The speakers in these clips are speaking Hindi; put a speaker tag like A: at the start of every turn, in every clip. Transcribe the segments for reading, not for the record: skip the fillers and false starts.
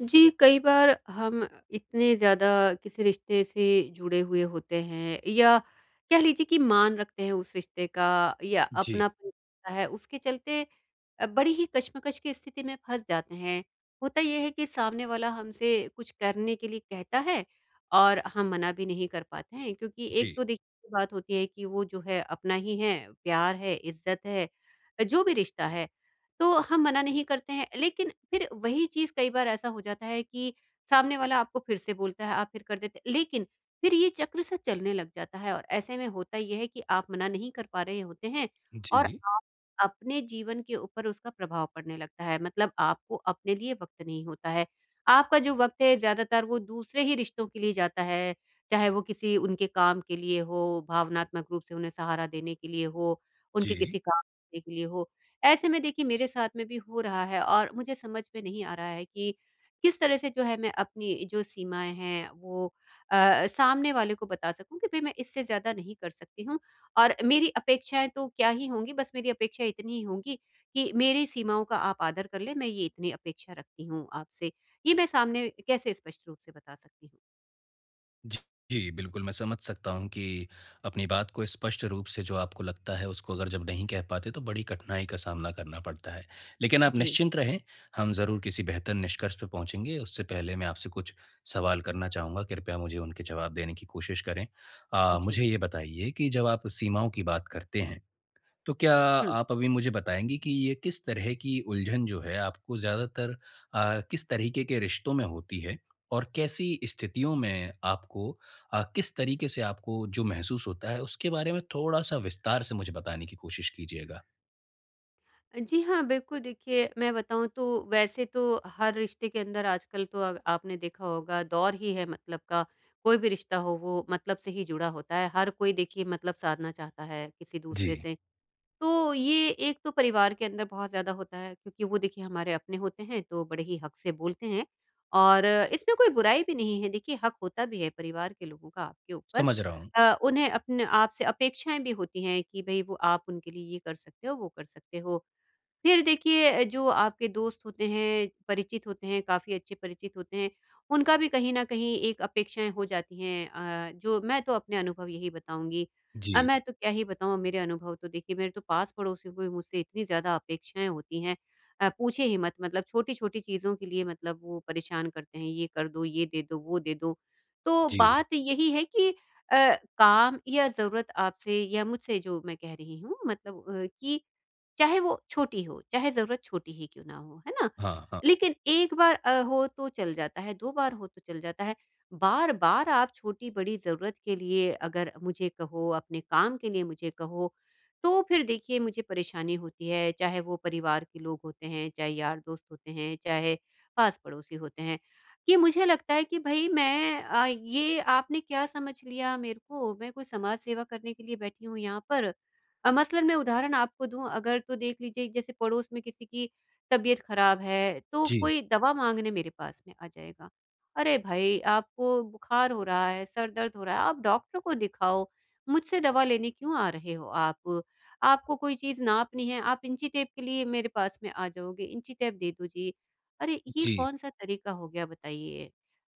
A: जी, कई बार हम इतने ज़्यादा किसी रिश्ते से जुड़े हुए होते हैं या कह लीजिए कि मान रखते हैं उस रिश्ते का या
B: जी,
A: अपनापन होता है, उसके चलते बड़ी ही कश्मकश की स्थिति में फँस जाते हैं। होता ये है कि सामने वाला हमसे कुछ करने के लिए कहता है और हम मना भी नहीं कर पाते हैं क्योंकि एक
B: जी,
A: तो देखिए ये बात होती है कि वो जो है अपना ही है, प्यार है, इज़्ज़त है, जो भी रिश्ता है। तो हम मना नहीं करते हैं। लेकिन फिर वही चीज़ कई बार ऐसा हो जाता है कि सामने वाला आपको फिर से बोलता है, आप फिर कर देते लेकिन फिर ये चक्र सा चलने लग जाता है और ऐसे में होता ये है कि आप मना नहीं कर पा रहे होते हैं और
B: जी,
A: आप अपने जीवन के ऊपर उसका प्रभाव पड़ने लगता है। मतलब आपको अपने लिए वक़्त नहीं होता है। आपका जो वक़्त है ज़्यादातर वो दूसरे ही रिश्तों के लिए जाता है, चाहे वो किसी उनके काम के लिए हो, भावनात्मक रूप से उन्हें सहारा देने के लिए हो, उनके
B: जी,
A: किसी काम के लिए हो। ऐसे में देखिए मेरे साथ में भी हो रहा है और मुझे समझ में नहीं आ रहा है कि किस तरह से जो है मैं अपनी जो सीमाएँ हैं वो सामने वाले को बता सकूँ कि भई मैं इससे ज़्यादा नहीं कर सकती हूँ और मेरी अपेक्षाएँ तो क्या ही होंगी, बस मेरी अपेक्षा इतनी ही होंगी कि मेरी सीमाओं का आप आदर कर लें, मैं ये इतनी अपेक्षा रखती हूँ आपसे। ये मैं सामने कैसे स्पष्ट रूप से बता सकती हूँ?
B: जी, जी, बिल्कुल, मैं समझ सकता हूँ कि अपनी बात को स्पष्ट रूप से जो आपको लगता है, उसको अगर जब नहीं कह पाते, तो बड़ी कठिनाई का सामना करना पड़ता है। लेकिन आप
A: जी,
B: निश्चिंत रहें, हम ज़रूर किसी बेहतर निष्कर्ष पे पहुँचेंगे। उससे पहले मैं आपसे कुछ सवाल करना चाहूँगा, कृपया मुझे उनके जवाब देने की कोशिश करें।
A: जी।
B: मुझे ये बताइए कि जब आप सीमाओं की बात करते हैं तो क्या
A: हुँ।
B: आप अभी मुझे बताएँगी कि ये किस तरह की उलझन जो है आपको ज़्यादातर किस तरीके के रिश्तों में होती है? और कैसी स्थितियों में आपको किस तरीके से आपको जो महसूस होता है उसके बारे में थोड़ा-सा विस्तार से मुझे बताने की कोशिश कीजिएगा।
A: जी हाँ, बिल्कुल देखिए, मैं बताऊँ तो वैसे तो हर रिश्ते के अंदर आजकल तो आपने देखा होगा दौर ही है मतलब का, कोई भी रिश्ता हो वो मतलब से ही जुड़ा होता है। हर कोई देखिए मतलब साधना चाहता है किसी दूसरे
B: जी,
A: से। तो ये एक तो परिवार के अंदर बहुत ज़्यादा होता है क्योंकि वो देखिए हमारे अपने होते हैं तो बड़े ही हक से बोलते हैं और इसमें कोई बुराई भी नहीं है। देखिए हक होता भी है परिवार के लोगों का आपके ऊपर।
B: समझ रहा हूँ।
A: उन्हें अपने आपसे अपेक्षाएँ भी होती हैं कि भई वो आप उनके लिए ये कर सकते हो, वो कर सकते हो। फिर देखिए जो आपके दोस्त होते हैं, परिचित होते हैं, काफ़ी अच्छे परिचित होते हैं, उनका भी कहीं न कहीं एक अपेक्षाएँ हो जाती हैं जो मैं तो अपने अनुभव यही बताऊँगी।
B: जी,
A: मैं तो क्या ही बताऊँ मेरे अनुभव तो देखिए मेरे तो पास-पड़ोसियों को भी मुझसे इतनी ज़्यादा अपेक्षाएँ होती हैं पूछिए ही मत मतलब छोटी-छोटी चीज़ों के लिए मतलब वो परेशान करते हैं, ये कर दो, ये दे दो, वो दे दो। तो
B: जी।
A: बात यही है कि काम या ज़रूरत आपसे या मुझसे जो मैं कह रही हूँ मतलब कि चाहे वो छोटी हो, चाहे ज़रूरत छोटी ही क्यों ना हो, है ना?
B: हाँ, हाँ।
A: लेकिन 1 बार हो तो चल जाता है, 2 बार हो तो चल जाता है। बार-बार आप छोटी-बड़ी ज़रूरत के लिए अगर मुझे कहो, अपने काम के लिए मुझे कहो, तो फिर देखिए मुझे परेशानी होती है, चाहे वो परिवार के लोग होते हैं, चाहे यार-दोस्त होते हैं, चाहे पास-पड़ोसी होते हैं, कि मुझे लगता है कि भई मैं ये आपने क्या समझ लिया मेरे को? मैं कोई समाज सेवा करने के लिए बैठी हूँ यहाँ पर मसलन मैं उदाहरण आपको दूँ अगर तो देख लीजिए जैसे पड़ोस में किसी की तबीयत खराब है, तो
B: जी,
A: कोई दवा माँगने मेरे पास में आ जाएगा। अरे भाई! आपको बुखार हो रहा है, सर दर्द हो रहा है, आप डॉक्टर को दिखाओ, मुझसे दवा लेने क्यों आ रहे हो आप? आपको कोई चीज़ नापनी है, आप इंची टेप के लिए मेरे पास में आ जाओगे, इंची टेप दे दो जी। अरे! ये
B: जी,
A: कौन-सा तरीका हो गया बताइए?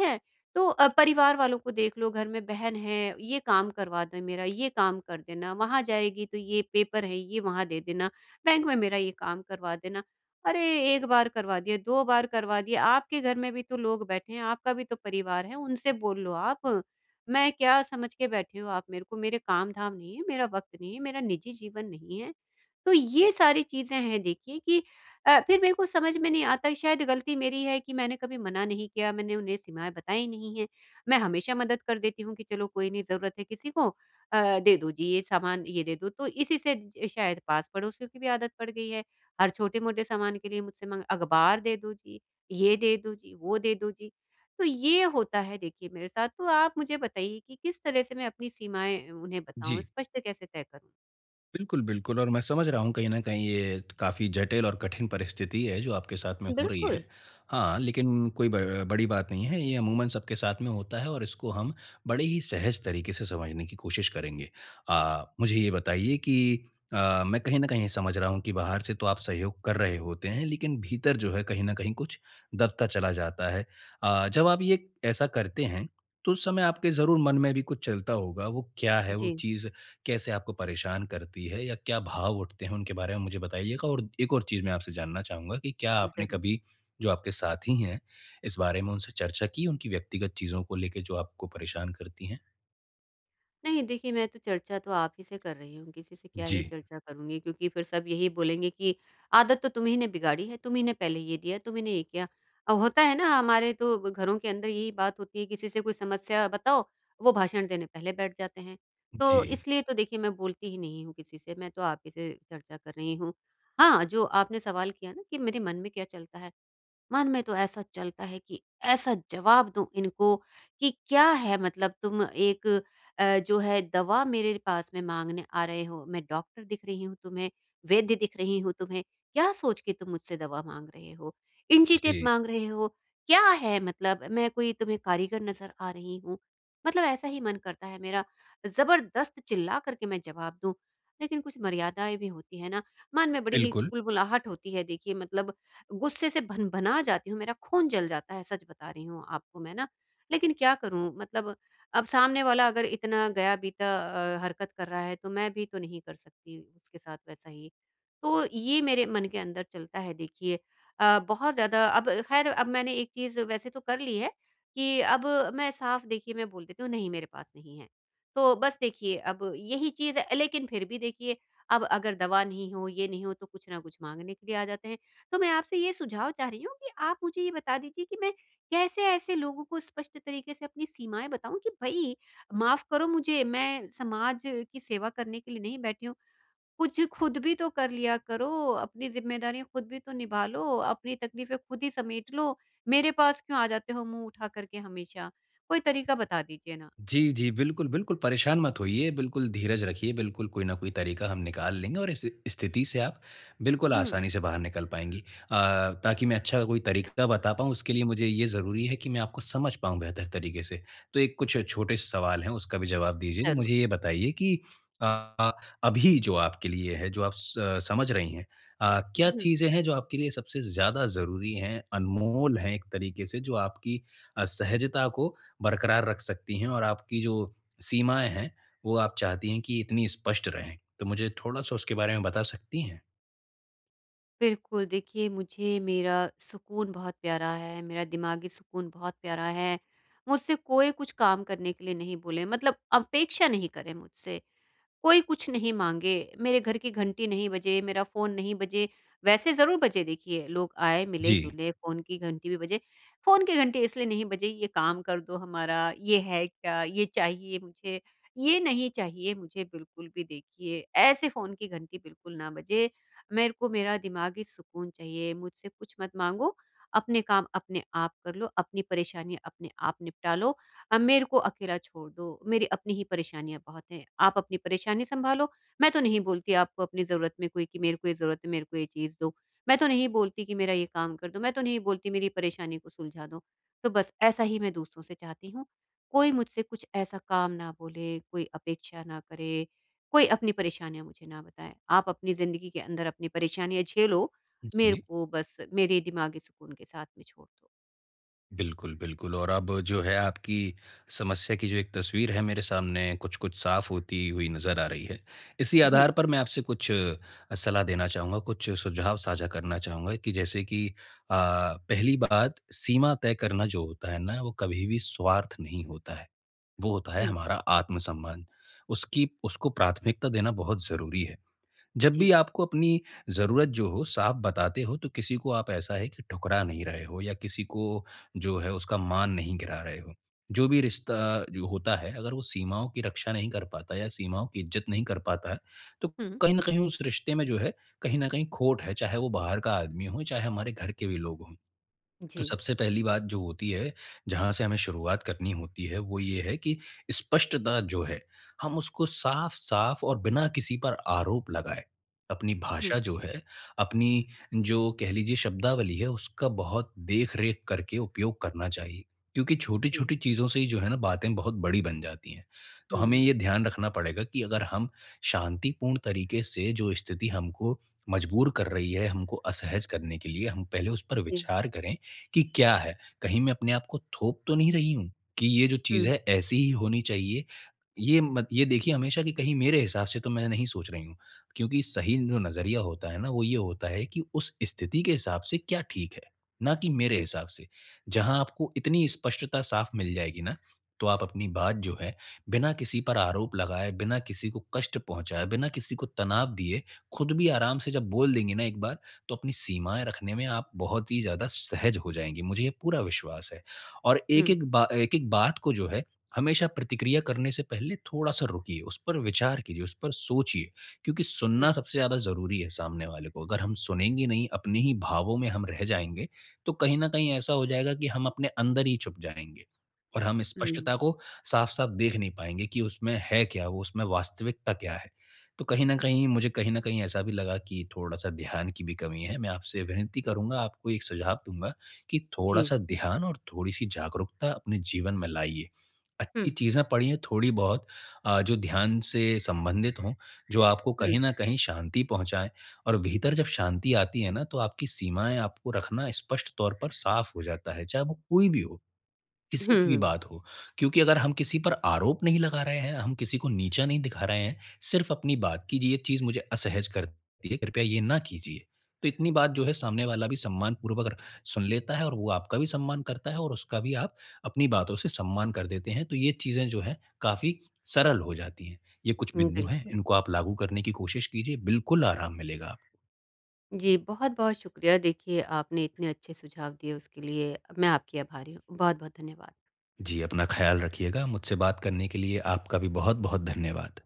A: हैं? तो परिवार वालों को देख लो, घर में बहन है, ये काम करवा दे मेरा, ये काम कर देना, वहाँ जाएगी तो ये पेपर है, ये वहाँ दे देना, बैंक में मेरा ये काम करवा देना। अरे! 1 बार करवा दिया, 2 बार करवा दिया, आपके घर में भी तो लोग बैठे हैं, आपका भी तो परिवार है, उनसे बोल लो आप। मैं क्या समझ के बैठे हो आप मेरे को? मेरे काम-धाम नहीं है, मेरा वक़्त नहीं है, मेरा निजी जीवन नहीं है। तो ये सारी चीज़ें हैं देखिए कि फिर मेरे को समझ में नहीं आता शायद गलती मेरी है कि मैंने कभी मना नहीं किया, मैंने उन्हें सीमाएँ बताई नहीं हैं। मैं हमेशा मदद कर देती हूँ कि चलो कोई नहीं ज़रूरत है किसी को दे दो जी ये सामान, ये दे दो। तो इसी से ज शायद पास-पड़ोसियों की भी आदत पड़ गई है। हर छोटे-मोटे सामान के लिए मुझसे माँग अखबार दे दो जी, ये दे दो जी, वो दे दो जी। तो ये होता है देखिए मेरे साथ, तो आप मुझे बताइए कि किस तरह से मैं अपनी सीमाएँ उन्हें बताऊँ,
B: जी।
A: स्पष्ट कैसे तय करूँ?
B: बिल्कुल, बिल्कुल और मैं समझ रहा हूँ कहीं न कहीं ये काफ़ी जटिल और कठिन परिस्थिति है जो आपके साथ में हो रही
A: बिल्कुल।
B: है। हाँ, लेकिन कोई ब बड़ी बात नहीं है, ये अमूमन सबके साथ में होता है और इसको हम बड़े ही सहज तरीके से समझने की कोशिश करेंगे। मुझे ये बताइए कि मैं कहीं न कहीं समझ रहा हूँ कि बाहर से तो आप सहयोग कर रहे होते हैं, लेकिन भीतर जो है कहीं न कहीं कुछ दबता चला जाता है। जब आप ये ऐसा करते हैं, तो उस समय आपके ज़रूर मन में भी कुछ चलता होगा, वो क्या है, वो
A: जी,
B: चीज़ कैसे आपको परेशान करती है या क्या भाव उठते हैं उनके बारे में मुझे बताइएगा और एक और चीज़ मैं आपसे जानना चाहूँगा कि क्या आपने
A: ज़रूर।
B: कभी जो आपके साथी हैं इस बारे में उनसे चर्चा की उनकी व्यक्तिगत चीज़ों को लेके जो आपको परेशान करती हैं?
A: नहीं देखिए, मैं तो चर्चा तो आप ही से कर रही हूँ, किसी से क्या ही
B: जी।
A: चर्चा करूँगी क्योंकि फिर सब यही बोलेंगे कि आदत तो तुम्ही ने बिगाड़ी है, तुम्ही ने पहले ये दिया, तुम्ही ने ये किया। होता है ना हमारे तो घरों के अंदर यही बात होती है, किसी से कोई समस्या बताओ, वो भाषण देने पहले बैठ जाते हैं। तो
B: जी,
A: इसलिए तो देखिए मैं बोलती ही नहीं हूँ किसी से, मैं तो आप ही से चर्चा कर रही हूँ। हाँ, जो आपने सवाल किया ना कि मेरे मन में क्या चलता है, मन में तो ऐसा चलता है कि ऐसा जवाब दूँ इनको कि क्या है मतलब तुम एक जो है दवा मेरे पास में माँगने आ रहे हो, मैं डॉक्टर दिख रही हूँ तुम्हें, वैद्य दिख रही हूँ तुम्हें, क्या सोच के तुम मुझसे दवा माँग रहे हो? इंची टेप
B: जी।
A: माँग रहे हो, क्या है मतलब मैं कोई तुम्हें कारीगर नज़र आ रही हूँ? मतलब ऐसा ही मन करता है मेरा, ज़बरदस्त चिल्ला कर के मैं जवाब दूँ। लेकिन कुछ मर्यादाएँ भी होती हैं ना, मन में बड़ी ही
B: बिल्कुल।
A: कुलबुलाहट होती है देखिए मतलब गुस्से से भन-भना जाती हूँ, मेरा खून जल जाता है, सच बता रही हूँ आपको मैं ना। लेकिन क्या करूँ मतलब अब सामने वाला अगर इतना गया-बीता हरकत कर रहा है, तो मैं भी तो नहीं कर सकती उसके साथ वैसा ही। तो ये मेरे मन के अंदर चलता है देखिए। बहुत ज़्यादा अब ख़ैर अब मैंने एक चीज़ वैसे तो कर ली है कि अब मैं साफ देखिए मैं बोल देती हूँ, नहीं मेरे पास नहीं है। तो बस देखिए अब यही चीज़ है लेकिन फिर भी देखिए अब अगर दवा नहीं हो, ये नहीं हो, तो कुछ ना कुछ माँगने के लिए आ जाते हैं। तो मैं आपसे ये सुझाव चाह रही हूँ कि आप मुझे ये बता दीजिए कि मैं कैसे ऐसे लोगों को स्पष्ट तरीके से अपनी सीमाएँ बताऊँ कि भई माफ़ करो मुझे, मैं समाज की सेवा करने के लिए नहीं बैठी हूँ। कुछ खुद भी तो कर लिया करो, अपनी ज़िम्मेदारियाँ खुद भी तो निभा लो, अपनी तकलीफ़ें खुद ही समेट लो, मेरे पास क्यों आ जाते हो मुँह उठा कर के हमेशा? कोई तरीका बता दीजिए ना।
B: जी, जी। बिल्कुल, बिल्कुल परेशान मत होइए, बिल्कुल धीरज रखिए, बिल्कुल कोई ना कोई तरीका हम निकाल लेंगे और इस स्थिति से आप बिल्कुल
A: हुँ,
B: आसानी से बाहर निकल पाएँगी। ताकि मैं अच्छा कोई तरीका बता पाऊँ उसके लिए मुझे ये ज़रूरी है कि मैं आपको समझ पाऊँ बेहतर तरीके से। तो एक कुछ छोटे से सवाल हैं उसका भी जवाब दीजिए। तो
A: ज़रूर।
B: मुझे ये बताइए कि अ, अभी जो आपके लिए है, जो समझ रही हैं क्या
A: हुँ।
B: चीज़ें हैं जो आपके लिए सबसे ज़्यादा ज़रूरी हैं, अनमोल हैं एक तरीके से जो आपकी सहजता को बरकरार रख सकती हैं और आपकी जो सीमाएँ हैं, वो आप चाहती हैं कि इतनी स्पष्ट रहें। तो मुझे थोड़ा-सा उसके बारे में बता सकती हैं?
A: बिल्कुल, देखिए मुझे मेरा सुकून बहुत प्यारा है, मेरा दिमागी सुकून बहुत प्यारा है। मुझसे कोई कुछ काम करने के लिए नहीं बोले मतलब अपेक्षा नहीं करे मुझसे। कोई कुछ नहीं माँगे, मेरे घर की घंटी नहीं बजे, मेरा फ़ोन नहीं बजे, वैसे ज़रूर बजे देखिए, लोग आए,
B: जी।
A: मिले-जुले, फ़ोन की घंटी भी बजे। फ़ोन की घंटी इसलिए नहीं बजी, ये काम कर दो हमारा, ये है क्या? ये चाहिए मुझे, ये नहीं चाहिए मुझे बिल्कुल भी देखिए, ऐसे फ़ोन की घंटी बिल्कुल ना बजे। मेरे को मेरा दिमागी सुकून चाहिए, मुझसे कुछ मत माँगो, अपने काम अपने आप कर लो, अपनी परेशानी अपने आप निपटा लो, मेरे को अकेला छोड़ दो, मेरी अपनी ही परेशानियाँ बहुत हैं, आप अपनी परेशानी सँभालो, मैं तो नहीं बोलती आपको अपनी ज़रूरत में कोई कि मेरे को ये ज़रूरत है, मेरे को ये चीज़ दो। मैं तो नहीं बोलती कि मेरा ये काम कर दो, मैं तो नहीं बोलती मेरी परेशानी को सुलझा दो। तो बस ऐसा ही मैं दूसरों से चाहती हूँ, कोई मुझसे कुछ ऐसा काम ना बोले, कोई अपेक्षा ना करे, कोई अपनी परेशानियाँ मुझे ना बताए। आप अपनी ज़िंदगी के अंदर अपनी परेशानियाँ झेलो, मेरे
B: जी।
A: को बस मेरे दिमागी सुकून के साथ में छोड़ दो।
B: बिल्कुल, बिल्कुल और अब जो है आपकी समस्या की जो एक तस्वीर है मेरे सामने कुछ-कुछ साफ़ होती हुई नज़र आ रही है। इसी
A: हुँ,
B: आधार पर मैं आपसे कुछ सलाह देना चाहूँगा, कुछ सुझाव साझा करना चाहूँगा कि जैसे कि पहली बात सीमा तय करना जो होता है ना, वो कभी भी स्वार्थ नहीं होता है। वो होता है
A: हुँ,
B: हमारा आत्मसम्मान। उसकी उसको प्राथमिकता देना बहुत ज़रूरी है। जब
A: जी।
B: भी आपको अपनी ज़रूरत जो हो साफ बताते हो तो किसी को आप ऐसा है कि ठुकरा नहीं रहे हो या किसी को जो है उसका मान नहीं गिरा रहे हो। जो भी रिश्ता जो होता है अगर वो सीमाओं की रक्षा नहीं कर पाता या सीमाओं की इज़्ज़त नहीं कर पाता है, तो
A: हुँ,
B: कहीं न कहीं उस रिश्ते में जो है, कहीं न कहीं खोट है, चाहे वो बाहर का आदमी हो, चाहे हमारे घर के भी लोग हों।
A: जी,
B: तो सबसे पहली बात जो होती है, जहाँ से हमें शुरुआत करनी होती है, वो ये है कि स्पष्टता जो है, हम उसको साफ-साफ और बिना किसी पर आरोप लगाए, अपनी
A: हुँ।
B: भाषा जो है, अपनी जो कह लीजिए शब्दावली है, उसका बहुत देख-रेख करके उपयोग करना चाहिए। क्योंकि
A: जी,
B: छोटी-छोटी चीज़ों से ही जो है ना, बातें बहुत बड़ी बन जाती हैं। तो हमें ये
A: हुँ,
B: ध्यान रखना पड़ेगा कि अगर हम शांतिपूर्ण तरीके से जो स्थिति हमको मजबूर कर रही है, हमको असहज करने के लिए, हम पहले उस पर
A: जी,
B: विचार करें कि क्या है? कहीं मैं अपने आप को थोप तो नहीं रही हूँ, कि ये जो चीज़
A: हुँ,
B: है ऐसी ही होनी चाहिए ये मत ये देखिए हमेशा कि कहीं मेरे हिसाब से तो मैं नहीं सोच रही हूँ, क्योंकि सही जो नज़रिया होता है ना, वो ये होता है कि उस स्थिति के हिसाब से क्या ठीक है, ना कि मेरे
A: हुँ,
B: हिसाब से। जहाँ आपको इतनी स्पष्टता साफ मिल जाएगी ना, तो आप अपनी बात जो है, बिना किसी पर आरोप लगाए, बिना किसी को कष्ट पहुँचाए, बिना किसी को तनाव दिए, खुद भी आराम से जब बोल देंगी ना एक बार, तो अपनी सीमाएँ रखने में आप बहुत ही ज़्यादा सहज हो जाएँगी, मुझे ये पूरा विश्वास है। और
A: हुँ,
B: एक-एक बात को जो है हमेशा प्रतिक्रिया करने से पहले थोड़ा-सा रुकिए, उस पर विचार कीजिए, उस पर सोचिए, क्योंकि
A: हुँ,
B: सुनना सबसे ज़्यादा ज़रूरी है सामने वाले को। अगर हम सुनेंगे नहीं, अपने ही भावों में हम रह जाएँगे, तो कहीं न कहीं ऐसा हो जाएगा कि हम अपने अंदर ही छुप जाएँगे और हम
A: हुँ,
B: स्पष्टता को साफ-साफ देख नहीं पाएँगे कि उसमें है क्या, वो उसमें वास्तविकता क्या है। तो कहीं न कहीं मुझे कहीं न कहीं ऐसा भी लगा कि थोड़ा-सा ध्यान की भी कमी है। मैं आपसे विनती करूँगा, आपको एक सुझाव दूँगा कि
A: जी,
B: थोड़ा-सा ध्यान और थोड़ी-सी जागरूकता अपने जीवन में लाइए।
A: हुँ,
B: अच्छी चीज़ें पढ़िए थोड़ी-बहुत जो ध्यान से संबंधित हों, जो आपको
A: हुँ,
B: कहीं न कहीं शांति पहुँचाएँ और भीतर जब शांति आती है ना, तो आपकी सीमाएँ आपको रखना स्पष्ट तौर पर साफ़ हो जाता है, चाहे वो कोई भी हो। किसी की भी
A: हुँ,
B: बात हो, क्योंकि अगर हम किसी पर आरोप नहीं लगा रहे हैं, हम किसी को नीचा नहीं दिखा रहे हैं, सिर्फ़ अपनी बात की ये चीज़ मुझे असहज करती है, कृपया ये ना कीजिए। तो इतनी बात जो है सामने वाला भी सम्मानपूर्वक र सुन लेता है और वो आपका भी सम्मान करता है और उसका भी आप अपनी बातों से सम्मान कर देते हैं, तो ये चीज़ें जो हैं काफ़ी सरल हो जाती हैं। ये कुछ
A: हुँ,
B: बिंदु हैं,
A: बिल्कुल।
B: इनको आप लागू करने की कोशिश कीजिए, बिल्कुल आराम मिलेगा। आपको।
A: जी, बहुत-बहुत शुक्रिया देखिए आपने इतने अच्छे सुझाव दिए उसके लिए मैं आपकी आभारी हूँ। बहुत-बहुत धन्यवाद।
B: जी, अपना ख़्याल रखिएगा। मुझसे बात करने के लिए आपका भी बहुत-बहुत धन्यवाद।